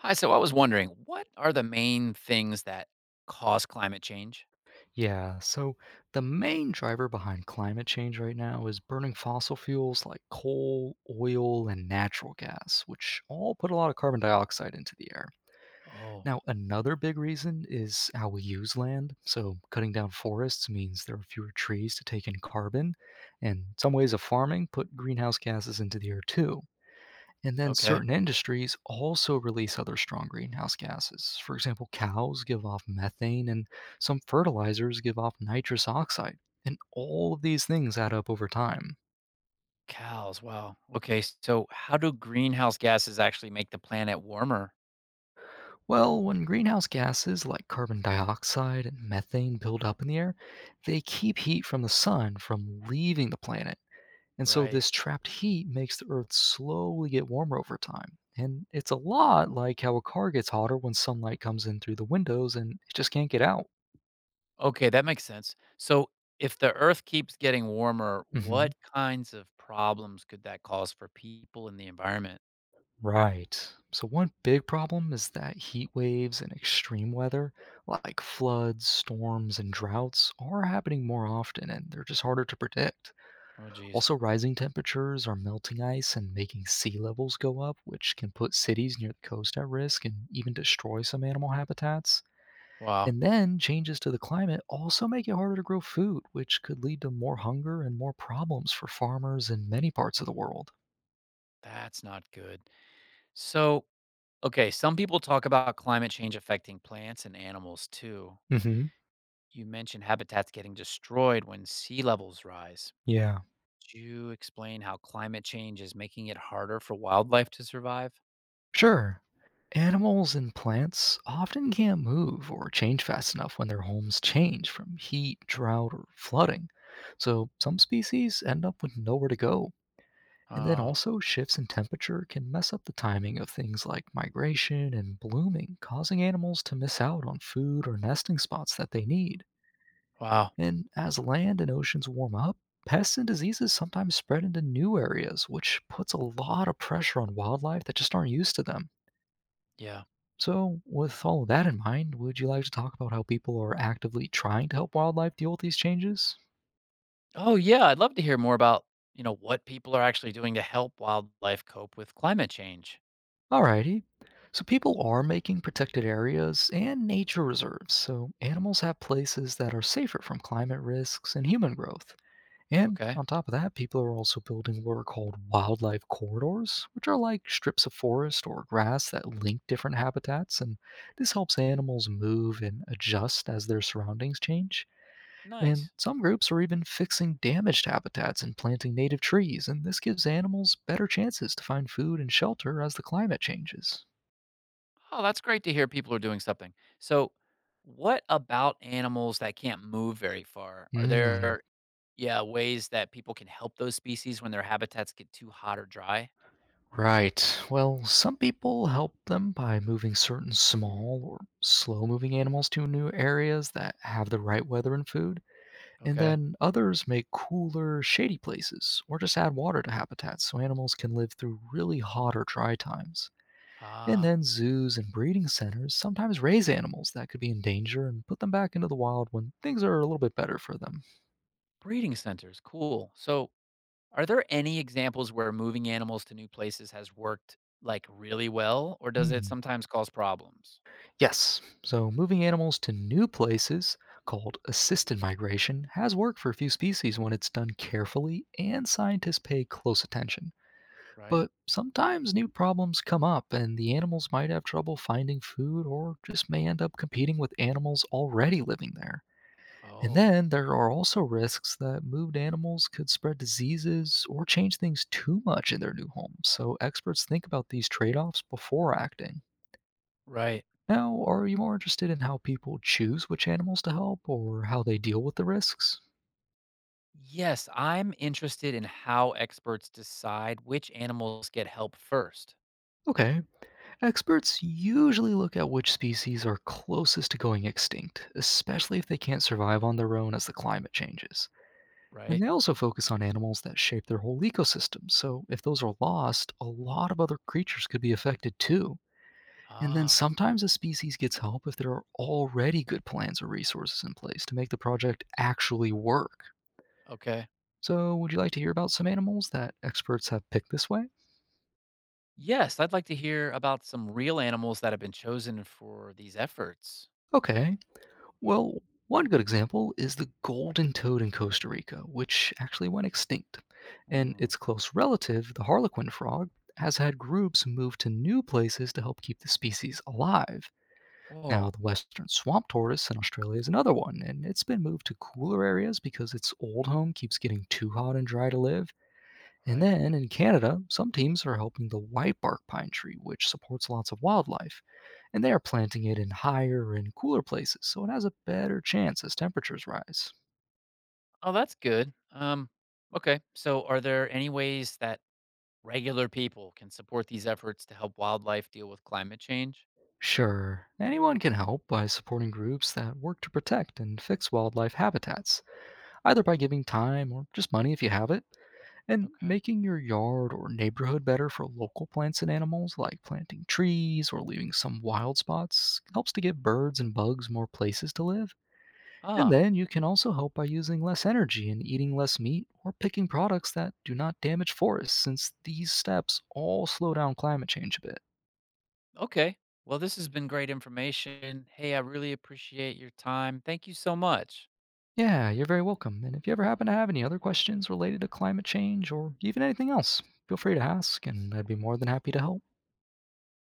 Hi, so I was wondering, what are the main things that cause climate change? Yeah, so the main driver behind climate change right now is burning fossil fuels like coal, oil, and natural gas, which all put a lot of carbon dioxide into the air. Oh, Now, another big reason is how we use land. So, cutting down forests means there are fewer trees to take in carbon, and some ways of farming put greenhouse gases into the air too. And then okay. certain industries also release other strong greenhouse gases. For example, cows give off methane, and some fertilizers give off nitrous oxide. And all of these things add up over time. Cows, wow. Okay, so how do greenhouse gases actually make the planet warmer? Well, when greenhouse gases like carbon dioxide and methane build up in the air, they keep heat from the sun from leaving the planet. And so Right. this trapped heat makes the Earth slowly get warmer over time. And it's a lot like how a car gets hotter when sunlight comes in through the windows and it just can't get out. Okay, that makes sense. So if the earth keeps getting warmer, what hmm kinds of problems could that cause for people and the environment? Right. So, one big problem is that heat waves and extreme weather, like floods, storms, and droughts, are happening more often and they're just harder to predict. Oh, geez. Also, rising temperatures are melting ice and making sea levels go up, which can put cities near the coast at risk and even destroy some animal habitats. Wow, And then changes to the climate also make it harder to grow food, which could lead to more hunger and more problems for farmers in many parts of the world. that's not good. So, okay, some people talk about climate change affecting plants and animals too. hmm You mentioned habitats getting destroyed when sea levels rise. Yeah. Could you explain how climate change is making it harder for wildlife to survive? Sure. Animals and plants often can't move or change fast enough when their homes change from heat, drought, or flooding. So some species end up with nowhere to go. And then Oh, also, shifts in temperature can mess up the timing of things like migration and blooming, causing animals to miss out on food or nesting spots that they need. wow. And as land and oceans warm up, pests and diseases sometimes spread into new areas, which puts a lot of pressure on wildlife that just aren't used to them. Yeah. So, with all of that in mind, would you like to talk about how people are actively trying to help wildlife deal with these changes? Oh, yeah. I'd love to hear more about, what people are actually doing to help wildlife cope with climate change. Alrighty. So, people are making protected areas and nature reserves, so animals have places that are safer from climate risks and human growth. And Okay. on top of that, people are also building what are called wildlife corridors, which are like strips of forest or grass that link different habitats. And this helps animals move and adjust as their surroundings change. And Nice. some groups are even fixing damaged habitats and planting native trees, and this gives animals better chances to find food and shelter as the climate changes. Oh, that's great to hear people are doing something. So, what about animals that can't move very far? Are Mm, yeah, ways that people can help those species when their habitats get too hot or dry? right. Well, some people help them by moving certain small or slow moving animals to new areas that have the right weather and food, and Okay. then others make cooler, shady places or just add water to habitats so animals can live through really hot or dry times. And Ah, then zoos and breeding centers sometimes raise animals that could be in danger and put them back into the wild when things are a little bit better for them. breeding centers. Cool. So, are there any examples where moving animals to new places has worked like really well, or does it Hmm. sometimes cause problems? Yes, so moving animals to new places called assisted migration has worked for a few species when it's done carefully and scientists pay close attention. Right. But sometimes new problems come up and the animals might have trouble finding food or just may end up competing with animals already living there. And Oh, then there are also risks that moved animals could spread diseases or change things too much in their new homes. So experts think about these trade offs before acting. right. Now, are you more interested in how people choose which animals to help or how they deal with the risks? Yes, I'm interested in how experts decide which animals get help first. Okay, experts usually look at which species are closest to going extinct, especially if they can't survive on their own as the climate changes. And Right. they also focus on animals that shape their whole ecosystem. So if those are lost, a lot of other creatures could be affected too. And then Ah, sometimes a species gets help if there are already good plans or resources in place to make the project actually work. okay. So, would you like to hear about some animals that experts have picked this way? Yes, I'd like to hear about some real animals that have been chosen for these efforts. Okay, well, one good example is the golden toad in Costa Rica, which actually went extinct. And Hmm. its close relative, the harlequin frog, has had groups move to new places to help keep the species alive. Now, Whoa, the western swamp tortoise in Australia is another one, and it's been moved to cooler areas because its old home keeps getting too hot and dry to live. And right. then in Canada, some teams are helping the whitebark pine tree, which supports lots of wildlife and they are planting it in higher and cooler places, so it has a better chance as temperatures rise. Oh, that's good. Okay. So, are there any ways that regular people can support these efforts to help wildlife deal with climate change? Sure, anyone can help by supporting groups that work to protect and fix wildlife habitats, either by giving time or just money if you have it, and Okay. making your yard or neighborhood better for local plants and animals, like planting trees or leaving some wild spots, helps to give birds and bugs more places to live. And Ah, then you can also help by using less energy and eating less meat or picking products that do not damage forests, since these steps all slow down climate change a bit. okay. Well, this has been great information. Hey, I really appreciate your time. Thank you so much. Yeah, you're very welcome. And if you ever happen to have any other questions related to climate change or even anything else, feel free to ask, and I'd be more than happy to help.